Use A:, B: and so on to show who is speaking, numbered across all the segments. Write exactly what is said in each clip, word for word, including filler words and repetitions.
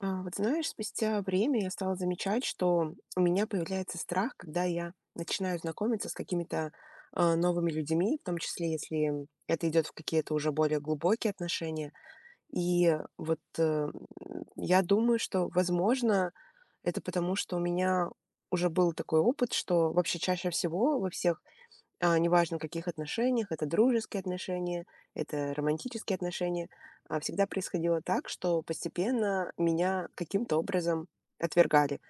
A: А, вот знаешь, спустя время я стала замечать, что у меня появляется страх, когда я начинаю знакомиться с какими-то а, новыми людьми, в том числе, если это идет в какие-то уже более глубокие отношения. И вот э, м, я думаю, что, возможно, это потому, что у меня уже был такой опыт, что вообще чаще всего во всех а, неважно, в каких отношениях, это дружеские отношения, это романтические отношения, а, всегда происходило так, что постепенно меня каким-то образом отвергали.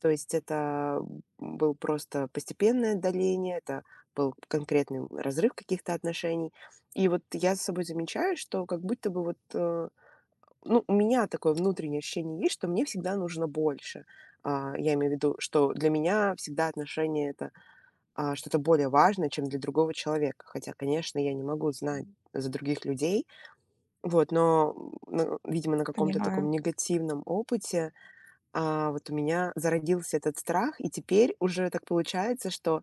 A: То есть это был просто постепенное отдаление, это был конкретный разрыв каких-то отношений. И вот я за собой замечаю, что как будто бы вот, э, ну, у меня такое внутреннее ощущение есть, что мне всегда нужно больше. А, я имею в виду, что для меня всегда отношения это а, что-то более важное, чем для другого человека. Хотя, конечно, я не могу знать за других людей. Вот, но, ну, видимо, на каком-то таком
B: Понимаю,
A: негативном опыте, а, вот у меня зародился этот страх, и теперь уже так получается, что,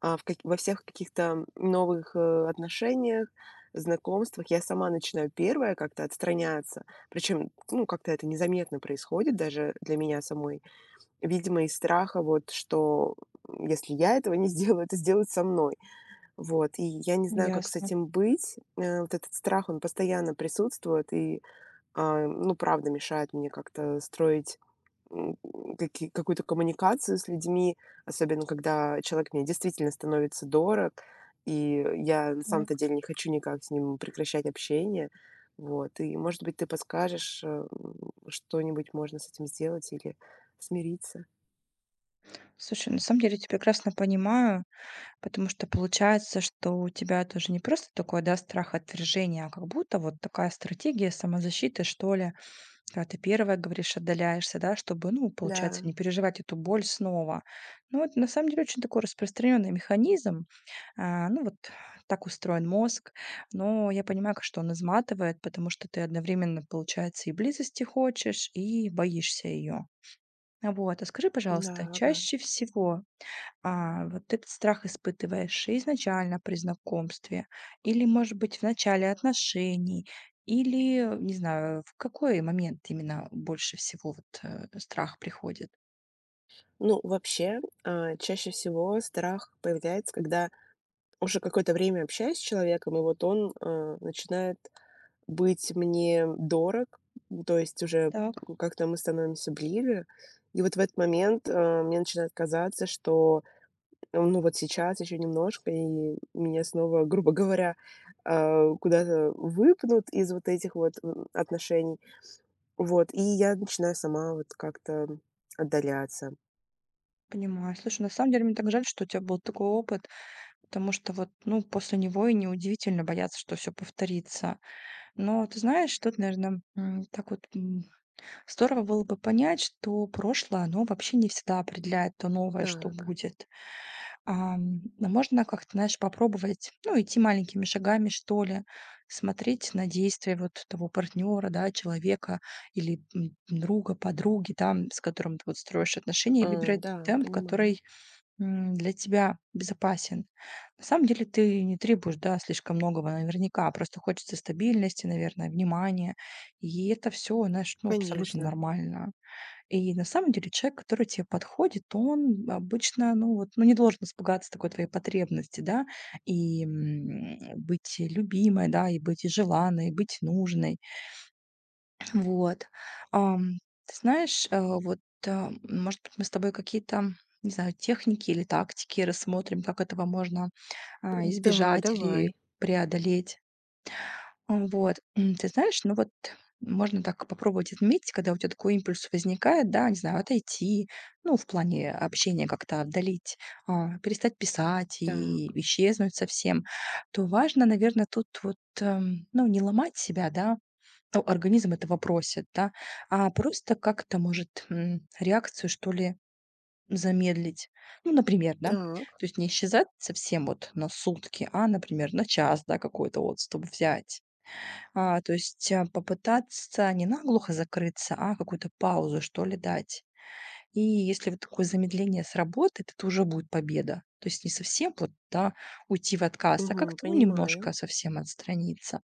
A: а, в как во всех каких-то новых, э, отношениях, знакомствах я сама начинаю первая как-то отстраняться. Причем, ну, как-то это незаметно происходит даже для меня самой. Видимо, из страха вот, что, м, если я этого не сделаю, это сделают со мной. Вот, и я не знаю, как с
B: ясно.
A: этим быть. Э, вот этот страх, он постоянно присутствует и, а, ну, правда, мешает мне как-то строить м, каки- какую-то коммуникацию с людьми, особенно когда человек мне действительно становится дорог, и я на самом-то
B: Так.
A: деле не хочу никак с ним прекращать общение. Вот, и, может быть, ты подскажешь, э, м, что-нибудь можно с этим сделать или смириться.
B: Слушай, на самом деле я тебя прекрасно понимаю, потому что получается, что у тебя тоже не просто такой, да, страх отвержения, а как будто вот такая стратегия самозащиты, что ли, когда ты первая, говоришь, отдаляешься, да, чтобы, ну, получается,
A: Да,
B: не переживать эту боль снова. Ну, это на самом деле очень такой распространенный механизм. А, ну, вот так устроен мозг. Но я понимаю, как что он изматывает, потому что ты одновременно, получается, и близости хочешь, и боишься ее. А вот, а скажи,
A: да,
B: пожалуйста,
A: ага.
B: чаще всего, а, вот этот страх испытываешь изначально при знакомстве или, может быть, в начале отношений, или, не знаю, в какой момент именно больше всего вот, э, страх приходит?
A: Ну, вообще, а, чаще всего страх появляется, когда уже какое-то время общаюсь с человеком, и вот он а, начинает быть мне дорог, то есть уже
B: Так,
A: как-то мы становимся ближе. И вот в этот момент а, мне начинает казаться, что э, ну вот сейчас еще немножко, и меня снова, грубо говоря, а, куда-то выпнут из вот этих вот м, отношений. Вот, и я начинаю сама вот как-то отдаляться.
B: понимаю. Слушай, на самом деле мне так жаль, что у тебя был такой опыт, потому что вот, ну, после него и неудивительно бояться, что все повторится. Но ты знаешь, тут, наверное, м, так вот, здорово было бы понять, что прошлое, оно вообще не всегда определяет то новое, что
A: Так.
B: будет. Ам, а можно как-то, знаешь, попробовать, ну, идти маленькими шагами, что ли, смотреть на действия вот того партнера, да, человека или м, друга, подруги, там, с которым ты вот строишь отношения, и
A: А,
B: выбирать
A: да,
B: темп,
A: понимаю.
B: который м, для тебя безопасен. На самом деле ты не требуешь, да, слишком многого наверняка, просто хочется стабильности, наверное, внимания, и это все, знаешь, ну, абсолютно
A: Конечно.
B: нормально. И на самом деле человек, который тебе подходит, он обычно, ну вот, ну не должен испугаться такой твоей потребности, да, и м, быть любимой, да, и быть и желанной, и быть нужной. Вот. Ам, Ты знаешь, э, вот, э, может быть, мы с тобой какие-то, не знаю, техники или тактики рассмотрим, как этого можно а,
A: Да,
B: избежать или
A: давай.
B: преодолеть. М, вот, м, ты знаешь, ну вот можно так попробовать отметить, когда у тебя такой импульс возникает, да, не знаю, отойти, ну, в плане общения как-то отдалить, а, перестать писать и
A: Так,
B: исчезнуть совсем, то важно, наверное, тут вот, эм, ну, не ломать себя, да, ну, организм этого просит, да, а просто как-то, может, м, реакцию, что ли, замедлить. Ну, например, да,
A: так.
B: то есть не исчезать совсем вот на сутки, а, например, на час, да, какой-то отступ взять. А, то есть, а, попытаться не наглухо закрыться, а какую-то паузу, что ли, дать. И если вот такое замедление сработает, это уже будет победа. То есть не совсем вот, да, уйти в отказ, а
A: Мгм,
B: как-то, ну, немножко
A: понимаю.
B: совсем отстраниться.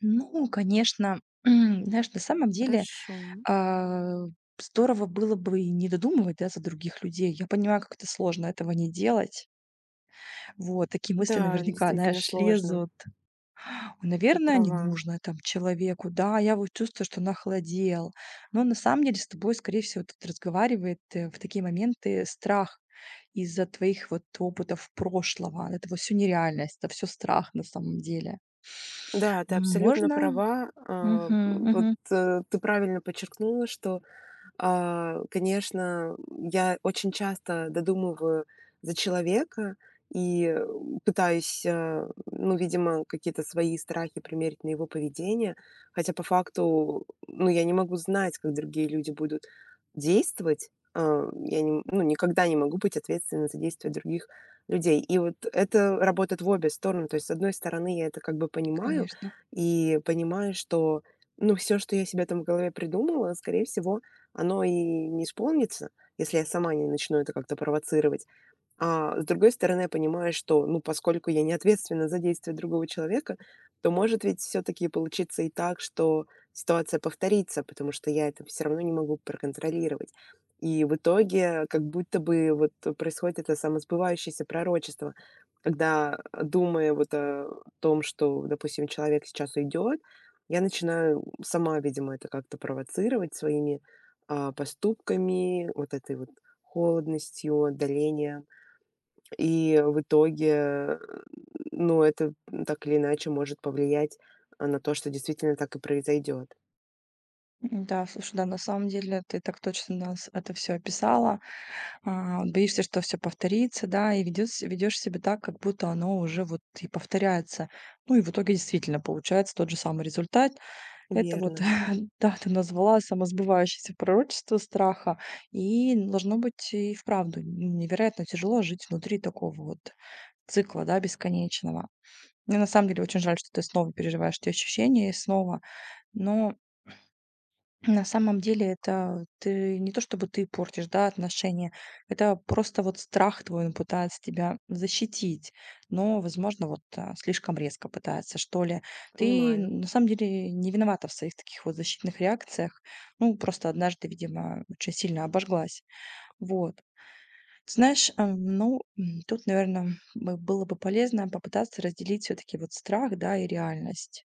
B: Ну, конечно, знаешь, на самом деле,
A: Хорошо.
B: а, здорово было бы и не додумывать, да, за других людей. Я понимаю, как это сложно этого не делать. Вот, такие мысли
A: Да,
B: наверняка,
A: действительно
B: знаешь,
A: сложно.
B: лезут,
A: Ты
B: наверное, не
A: права.
B: нужно там человеку. Да, я вот чувствую, что нахладел. Но на самом деле с тобой, скорее всего, тут разговаривает э, в такие моменты страх из-за твоих вот опытов прошлого. Это вот все нереальность, это все страх на самом деле.
A: Да, ты
B: М,
A: абсолютно
B: Можно?
A: права. А,
B: Мгм,
A: вот
B: мгм,
A: э, ты правильно подчеркнула, что А, конечно, я очень часто додумываю за человека и, э, пытаюсь, э, ну, видимо, какие-то свои страхи примерить на его поведение. Хотя по факту, ну, я не могу знать, как другие люди будут действовать. А, я не, ну, никогда не могу быть ответственной за действия других людей. И вот это работает в обе стороны. То есть, с одной стороны, я это как бы понимаю
B: конечно.
A: и понимаю, что, ну, все, что я себе там в голове придумала, скорее всего, оно и не исполнится, если я сама не начну это как-то провоцировать. А с другой стороны, я понимаю, что, ну, поскольку я не ответственна за действия другого человека, то может ведь все таки получиться и так, что ситуация повторится, потому что я это все равно не могу проконтролировать. И в итоге как будто бы вот происходит это самосбывающееся пророчество, когда, э, думая вот о том, что, допустим, человек сейчас уйдет, я начинаю сама, видимо, это как-то провоцировать своими, а, поступками, вот этой вот холодностью, отдалением. И в итоге, ну, это так или иначе может повлиять, а, на то, что действительно так и произойдет.
B: М, да, слушай, да, на самом деле ты так точно нас это все описала. А, вот боишься, что все повторится, да, и ведёс ведёшь себя так, как будто оно уже вот и повторяется. Ну и в итоге действительно получается тот же самый результат. Это вот,
A: Верно,
B: да, ты назвала самосбывающееся пророчество страха, и должно быть и вправду невероятно тяжело жить внутри такого вот цикла, да, бесконечного. Мне на самом деле очень жаль, что ты снова переживаешь эти ощущения и снова, но на самом деле это ты не то чтобы ты портишь, да, отношения, это просто вот страх твой, он пытается тебя защитить, но, возможно, вот а, слишком резко пытается, что ли. Ты
A: понимаю.
B: на самом деле не виновата в своих таких вот защитных реакциях, ну, просто однажды, видимо, очень сильно обожглась. Вот. Ты знаешь, а, ну, м, тут, наверное, было бы полезно попытаться разделить все-таки вот страх, да, и реальность.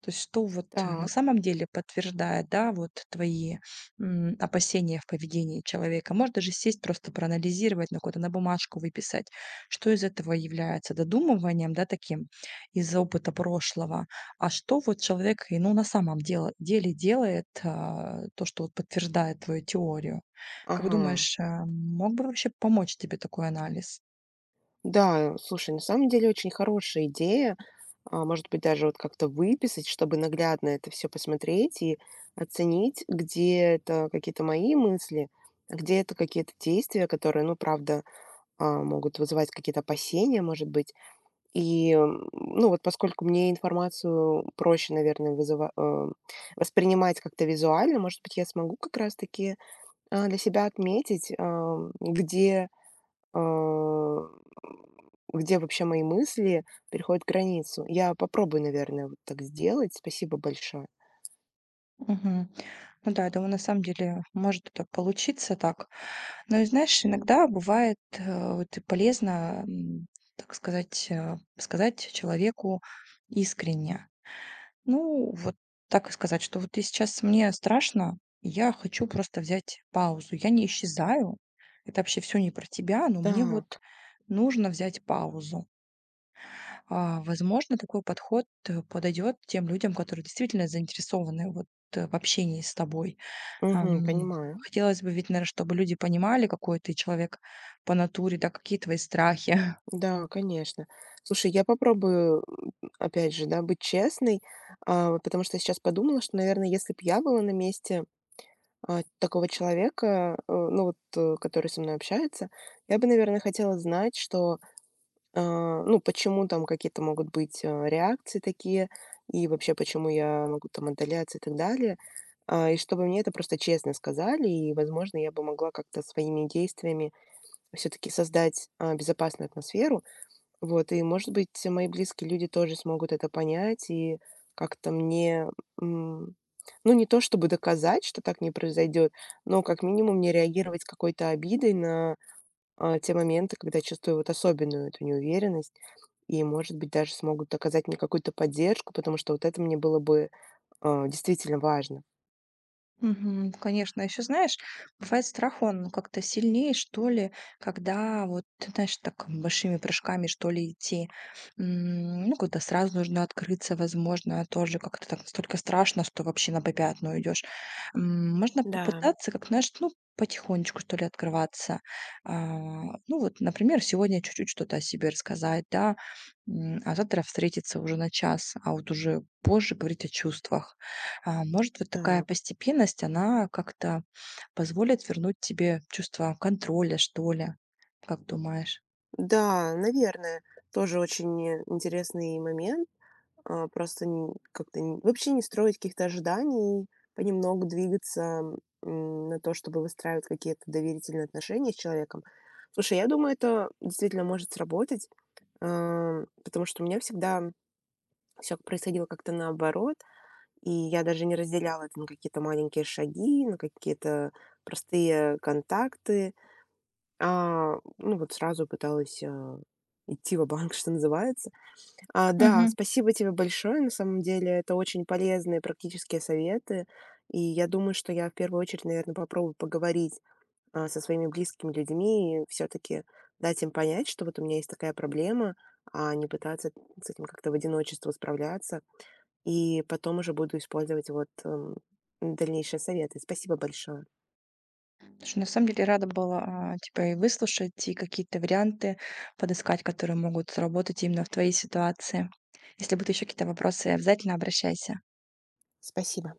B: То есть что вот э, на
A: Так,
B: самом деле подтверждает, да, вот твои, м, опасения в поведении человека? Можешь даже сесть, просто проанализировать, на какую-то на бумажку выписать, что из этого является додумыванием, да, таким из-за опыта прошлого, а что вот человек, и, ну, на самом деле деле делает, а, то, что вот подтверждает твою теорию. Как
A: ага.
B: думаешь, а, мог бы вообще помочь тебе такой анализ?
A: Да, слушай, на самом деле очень хорошая идея. А, может быть, даже вот как-то выписать, чтобы наглядно это все посмотреть и оценить, где это какие-то мои мысли, а где это какие-то действия, которые, ну, правда, а, могут вызывать какие-то опасения, может быть. И, м, ну, вот поскольку мне информацию проще, наверное, вызыва э, воспринимать как-то визуально, может быть, я смогу как раз таки, а, для себя отметить, ам, где, а, где вообще мои мысли переходят границу. Я попробую, наверное, вот так сделать. Спасибо большое.
B: Мгм. Ну да, я думаю, на самом деле может это получиться так. Ну и знаешь, иногда бывает, э, вот и полезно, м, так сказать, э, сказать человеку искренне. Ну, вот так и сказать, что вот ты сейчас мне страшно, и я хочу просто взять паузу. Я не исчезаю, это вообще все не про тебя, но мне вот
A: Так,
B: нужно взять паузу. А, возможно, такой подход э, подойдет тем людям, которые действительно заинтересованы вот э, в общении с тобой.
A: мгм,
B: Ам,
A: понимаю.
B: Хотелось бы ведь, наверно, чтобы люди понимали, какой ты человек по натуре, да, какие твои страхи.
A: Да, конечно. Слушай, я попробую, м, опять же, да, быть честной, а, вот потому что я сейчас подумала, что, наверное, если бы я была на месте а, такого человека, э, ну вот, э, который со мной общается, я бы, наверное, хотела знать, что, а, ну, почему там какие-то могут быть, э, реакции такие, и вообще, почему я могу там отдаляться и так далее. А, и чтобы мне это просто честно сказали, и, возможно, я бы могла как-то своими действиями все-таки создать, а, безопасную атмосферу, вот, и, может быть, мои близкие люди тоже смогут это понять и как-то мне, м, ну, не то чтобы доказать, что так не произойдет, но как минимум не реагировать какой-то обидой на, а, те моменты, когда чувствую вот особенную эту неуверенность. И, может быть, даже смогут оказать мне какую-то поддержку, потому что вот это мне было бы, а, действительно важно.
B: Мгм. Конечно, еще знаешь, бывает страх, он как-то сильнее, что ли, когда вот, ты знаешь, так большими прыжками, что ли, идти. М, ну, когда сразу нужно открыться, возможно, тоже как-то так настолько страшно, что вообще на попятную идешь. М, можно
A: Да,
B: попытаться, как знаешь, ну, потихонечку, что ли, открываться. А, ну, вот, например, сегодня чуть-чуть что-то о себе рассказать, да, м, а завтра встретиться уже на час, а вот уже позже говорить о чувствах. А, может, вот такая
A: так.
B: постепенность, она как-то позволит вернуть тебе чувство контроля, что ли? Как думаешь?
A: Да, наверное, тоже очень интересный момент. А, просто н как-то н вообще не строить каких-то ожиданий, понемногу двигаться, м, на то, чтобы выстраивать какие-то доверительные отношения с человеком. Слушай, я думаю, это действительно может сработать, а, потому что у меня всегда все происходило как-то наоборот, и я даже не разделяла это на какие-то маленькие шаги, на какие-то простые контакты, а, ну, вот сразу пыталась, а, идти ва-банк, что называется. А, да,
B: Мгм.
A: спасибо тебе большое. На самом деле это очень полезные практические советы. И я думаю, что я в первую очередь, наверное, попробую поговорить а, со своими близкими людьми и все-таки дать им понять, что вот у меня есть такая проблема, а не пытаться с этим как-то в одиночестве справляться. И потом уже буду использовать вот эм, дальнейшие советы. Спасибо большое.
B: Слушай, на самом деле рада была а, тебя и выслушать, и какие-то варианты подыскать, которые могут сработать именно в твоей ситуации. Если будут еще какие-то вопросы, обязательно обращайся.
A: Спасибо.